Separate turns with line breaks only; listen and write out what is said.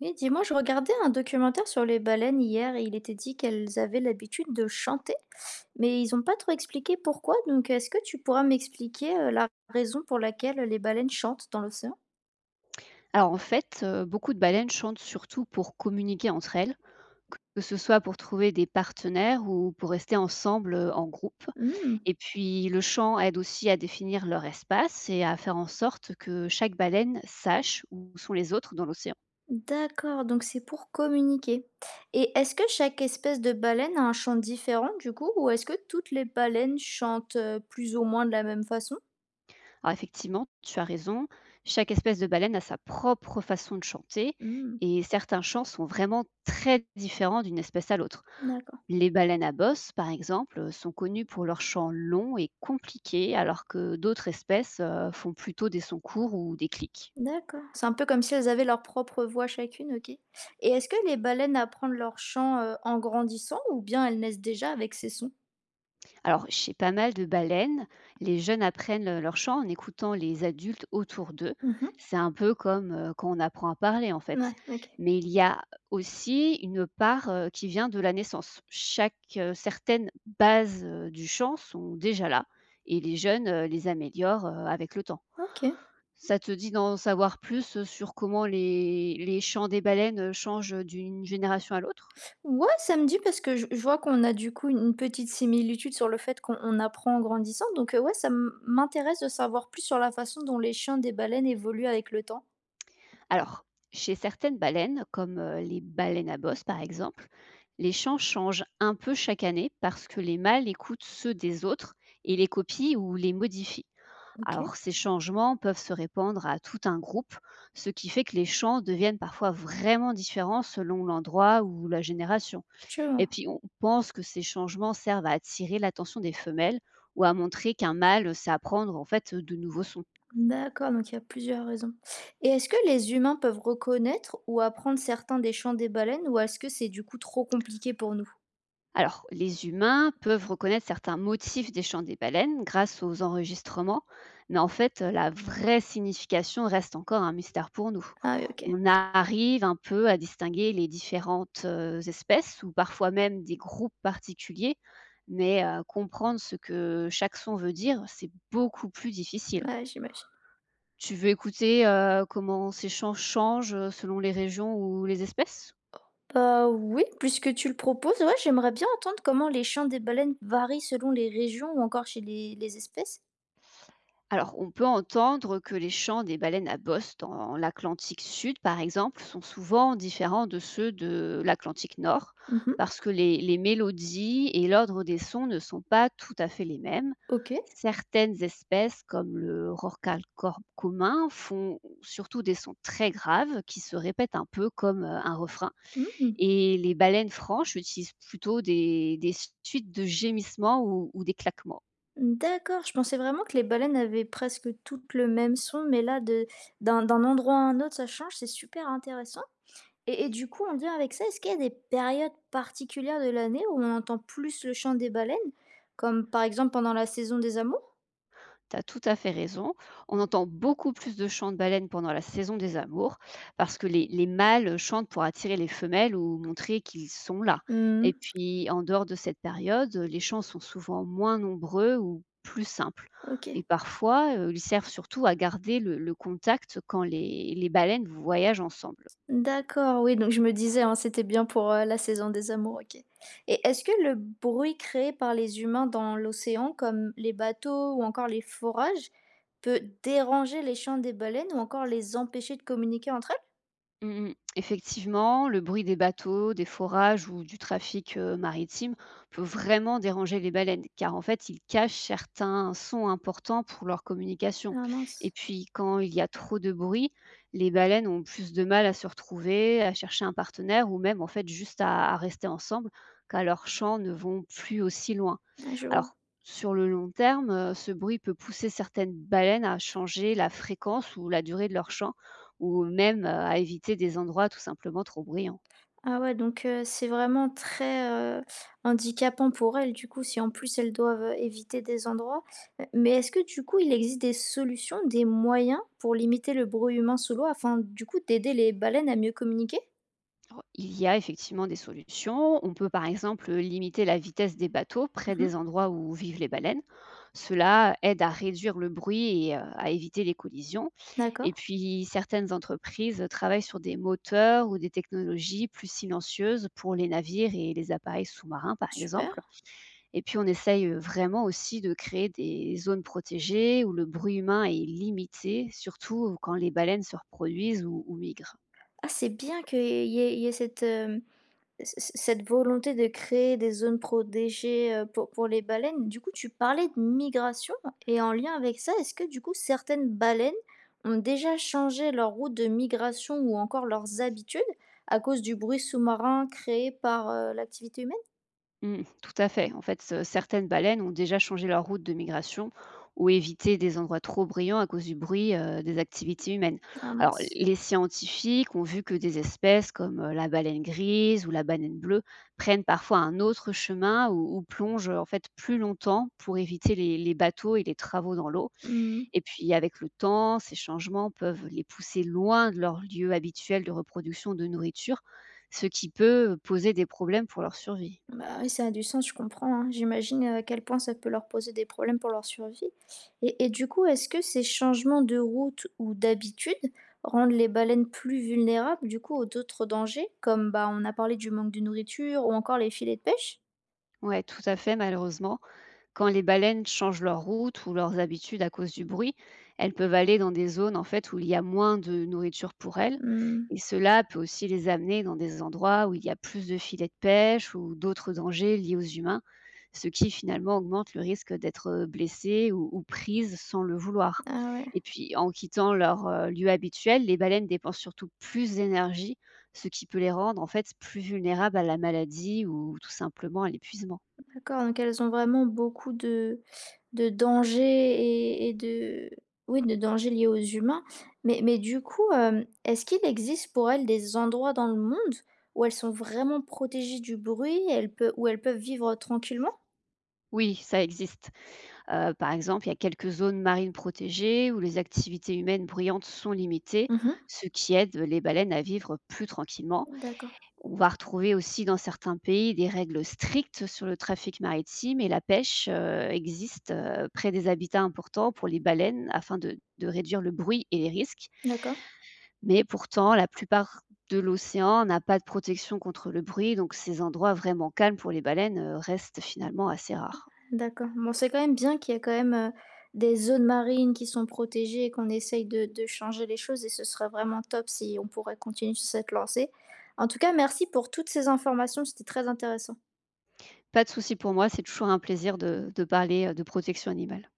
Oui, dis-moi, je regardais un documentaire sur les baleines hier et il était dit qu'elles avaient l'habitude de chanter, mais ils n'ont pas trop expliqué pourquoi. Donc, est-ce que tu pourras m'expliquer la raison pour laquelle les baleines chantent dans l'océan?
Alors en fait, beaucoup de baleines chantent surtout pour communiquer entre elles, que ce soit pour trouver des partenaires ou pour rester ensemble, en groupe,
Hmm,
et puis le chant aide aussi à définir leur espace et à faire en sorte que chaque baleine sache où sont les autres dans l'océan.
d'accord, donc c'est pour communiquer. Et est-ce que chaque espèce de baleine a un chant différent du coup, ou est-ce que toutes les baleines chantent plus ou moins de la même façon?
Alors effectivement, tu as raison, chaque espèce de baleine a sa propre façon de chanter
Hmm,
et certains chants sont vraiment très différents d'une espèce à l'autre.
d'accord.
Les baleines à bosse, par exemple, sont connues pour leurs chants longs et compliqués, alors que d'autres espèces font plutôt des sons courts ou des clics.
D'accord, c'est un peu comme si elles avaient leur propre voix chacune, OK. Et est-ce que les baleines apprennent leur chant, en grandissant ou bien elles naissent déjà avec ces sons?
Alors, chez pas mal de baleines, les jeunes apprennent leur chant en écoutant les adultes autour d'eux.
Mmh.
C'est un peu comme quand on apprend à parler, en fait.
Ouais, OK.
Mais il y a aussi une part qui vient de la naissance. Certaines bases du chant sont déjà là et les jeunes les améliorent avec le temps.
OK.
Ça te dit d'en savoir plus sur comment les chants des baleines changent d'une génération à l'autre?
Ouais, ça me dit parce que je vois qu'on a du coup une petite similitude sur le fait qu'on on apprend en grandissant donc, ouais, ça m'intéresse de savoir plus sur la façon dont les chants des baleines évoluent avec le temps.
Alors, chez certaines baleines, comme, les baleines à bosse par exemple, les chants changent un peu chaque année parce que les mâles écoutent ceux des autres et les copient ou les modifient.
OK,
Alors ces changements peuvent se répandre à tout un groupe, ce qui fait que les chants deviennent parfois vraiment différents selon l'endroit ou la génération.
je vois.
Et puis on pense que ces changements servent à attirer l'attention des femelles ou à montrer qu'un mâle sait apprendre en fait de nouveaux sons.
D'accord, donc il y a plusieurs raisons. Et est-ce que les humains peuvent reconnaître ou apprendre certains des chants des baleines ou est-ce que c'est du coup trop compliqué pour nous?
Alors, les humains peuvent reconnaître certains motifs des chants des baleines grâce aux enregistrements, mais en fait, la vraie signification reste encore un mystère pour nous.
Ah oui, ok,
On arrive un peu à distinguer les différentes espèces ou parfois même des groupes particuliers, mais comprendre ce que chaque son veut dire, c'est beaucoup plus difficile.
ouais, j'imagine.
Tu veux écouter, comment ces chants changent, selon les régions ou les espèces?
Bah oui, puisque tu le proposes, ouais, j'aimerais bien entendre comment les chants des baleines varient selon les régions ou encore chez les espèces.
Alors, on peut entendre que les chants des baleines à bosse dans l'Atlantique sud, par exemple, sont souvent différents de ceux de l'Atlantique nord,
Mhm,
parce que les mélodies et l'ordre des sons ne sont pas tout à fait les mêmes.
ok.
Certaines espèces, comme le rorqual-corbe commun, font surtout des sons très graves qui se répètent un peu comme, un refrain.
Mhm.
Et les baleines franches utilisent plutôt des suites de gémissements ou des claquements.
D'accord, je pensais vraiment que les baleines avaient presque toutes le même son, mais là, d'un endroit à un autre, ça change, c'est super intéressant. Et du coup, en lien avec ça, est-ce qu'il y a des périodes particulières de l'année où on entend plus le chant des baleines? Comme par exemple pendant la saison des amours?
Tu as tout à fait raison. On entend beaucoup plus de chants de baleines pendant la saison des amours parce que les mâles chantent pour attirer les femelles ou montrer qu'ils sont là.
Mmh,
Et puis, en dehors de cette période, les chants sont souvent moins nombreux ou plus simples.
OK.
Et parfois, ils servent surtout à garder le contact quand les baleines voyagent ensemble.
D'accord, oui, donc je me disais, hein, c'était bien pour, la saison des amours, OK. Et est-ce que le bruit créé par les humains dans l'océan, comme les bateaux ou encore les forages, peut déranger les chants des baleines ou encore les empêcher de communiquer entre elles?
Mmh mh. Effectivement, le bruit des bateaux, des forages ou du trafic, maritime peut vraiment déranger les baleines, car en fait, ils cachent certains sons importants pour leur communication.
Ah
Et
mince,
puis, quand il y a trop de bruit, les baleines ont plus de mal à se retrouver, à chercher un partenaire ou même en fait juste à rester ensemble, car leurs chants ne vont plus aussi loin.
ouais, je vois.
Alors, sur le long terme, ce bruit peut pousser certaines baleines à changer la fréquence ou la durée de leur chant ou même, à éviter des endroits tout simplement trop bruyants.
Ah ouais, donc c'est vraiment très, heu, handicapant pour elles, du coup, si en plus elles doivent, éviter des endroits. Mais est-ce que du coup, il existe des solutions, des moyens pour limiter le bruit humain sous l'eau afin, du coup, d'aider les baleines à mieux communiquer?
Re Il y a effectivement des solutions. On peut, par exemple, limiter la vitesse des bateaux près
Mmh.
des endroits où vivent les baleines. Cela aide à réduire le bruit et à éviter les collisions,
D'accord,
et puis certaines entreprises travaillent sur des moteurs ou des technologies plus silencieuses pour les navires et les appareils sous-marins par
super.
exemple. Et puis on essaye, vraiment aussi de créer des zones protégées où le bruit humain est limité, surtout quand les baleines se reproduisent ou migrent.
Ah, c'est bien qu'il y ait cette, c c cette volonté de créer des zones protégées, pour les baleines, du coup, tu parlais de migration et en lien avec ça, est-ce que, du coup, certaines baleines ont déjà changé leur route de migration ou encore leurs habitudes à cause du bruit sous-marin créé par, l'activité humaine?
Mmh, tout à fait. En fait, ce certaines baleines ont déjà changé leur route de migration ou évité des endroits trop bruyants à cause du bruit, des activités humaines.
Ah
Alors
mince.
les scientifiques ont vu que des espèces comme, la baleine grise ou la baleine bleue prennent parfois un autre chemin ou plongent, en fait plus longtemps pour éviter les bateaux et les travaux dans l'eau.
Mmh.
Et puis avec le temps, ces changements peuvent les pousser loin de leur lieu habituel de reproduction de nourriture, ce qui peut poser des problèmes pour leur survie.
Bah oui, ça a du sens, je comprends, hein. J'imagine à quel point ça peut leur poser des problèmes pour leur survie. Et du coup, est-ce que ces changements de route ou d'habitude rendent les baleines plus vulnérables du coup aux d'autres dangers, comme bah on a parlé du manque de nourriture ou encore les filets de pêche?
Ouais, tout à fait, malheureusement. Quand les baleines changent leur route ou leurs habitudes à cause du bruit, elles peuvent aller dans des zones en fait où il y a moins de nourriture pour elles,
Hmm,
et cela peut aussi les amener dans des endroits où il y a plus de filets de pêche ou d'autres dangers liés aux humains, ce qui finalement augmente le risque d'être blessées ou prises sans le vouloir.
Ah ouais.
Et puis en quittant leur lieu habituel, les baleines dépensent surtout plus d'énergie, ce qui peut les rendre en fait plus vulnérables à la maladie ou tout simplement à l'épuisement.
D'accord, donc elles ont vraiment beaucoup de dangers et de oui, de dangers liés aux humains. Mais du coup, est-ce qu'il existe pour elles des endroits dans le monde où elles sont vraiment protégées du bruit elles peu où elles peuvent vivre tranquillement?
Oui, ça existe. Par exemple, il y a quelques zones marines protégées où les activités humaines bruyantes sont limitées,
Mmh.
ce qui aide les baleines à vivre plus tranquillement.
D'accord,
On va retrouver aussi dans certains pays des règles strictes sur le trafic maritime et la pêche, existe, près des habitats importants pour les baleines afin de réduire le bruit et les risques.
d'accord,
Mais pourtant, la plupart de l'océan n'a pas de protection contre le bruit, donc ces endroits vraiment calmes pour les baleines, restent finalement assez rares.
d'accord. Bon, c'est quand même bien qu'il y a quand même, des zones marines qui sont protégées et qu'on essaye de changer les choses et ce serait vraiment top si on pourrait continuer sur cette lancée. En tout cas, merci pour toutes ces informations, c'était très intéressant.
Pas de souci pour moi, c'est toujours un plaisir de parler, de protection animale.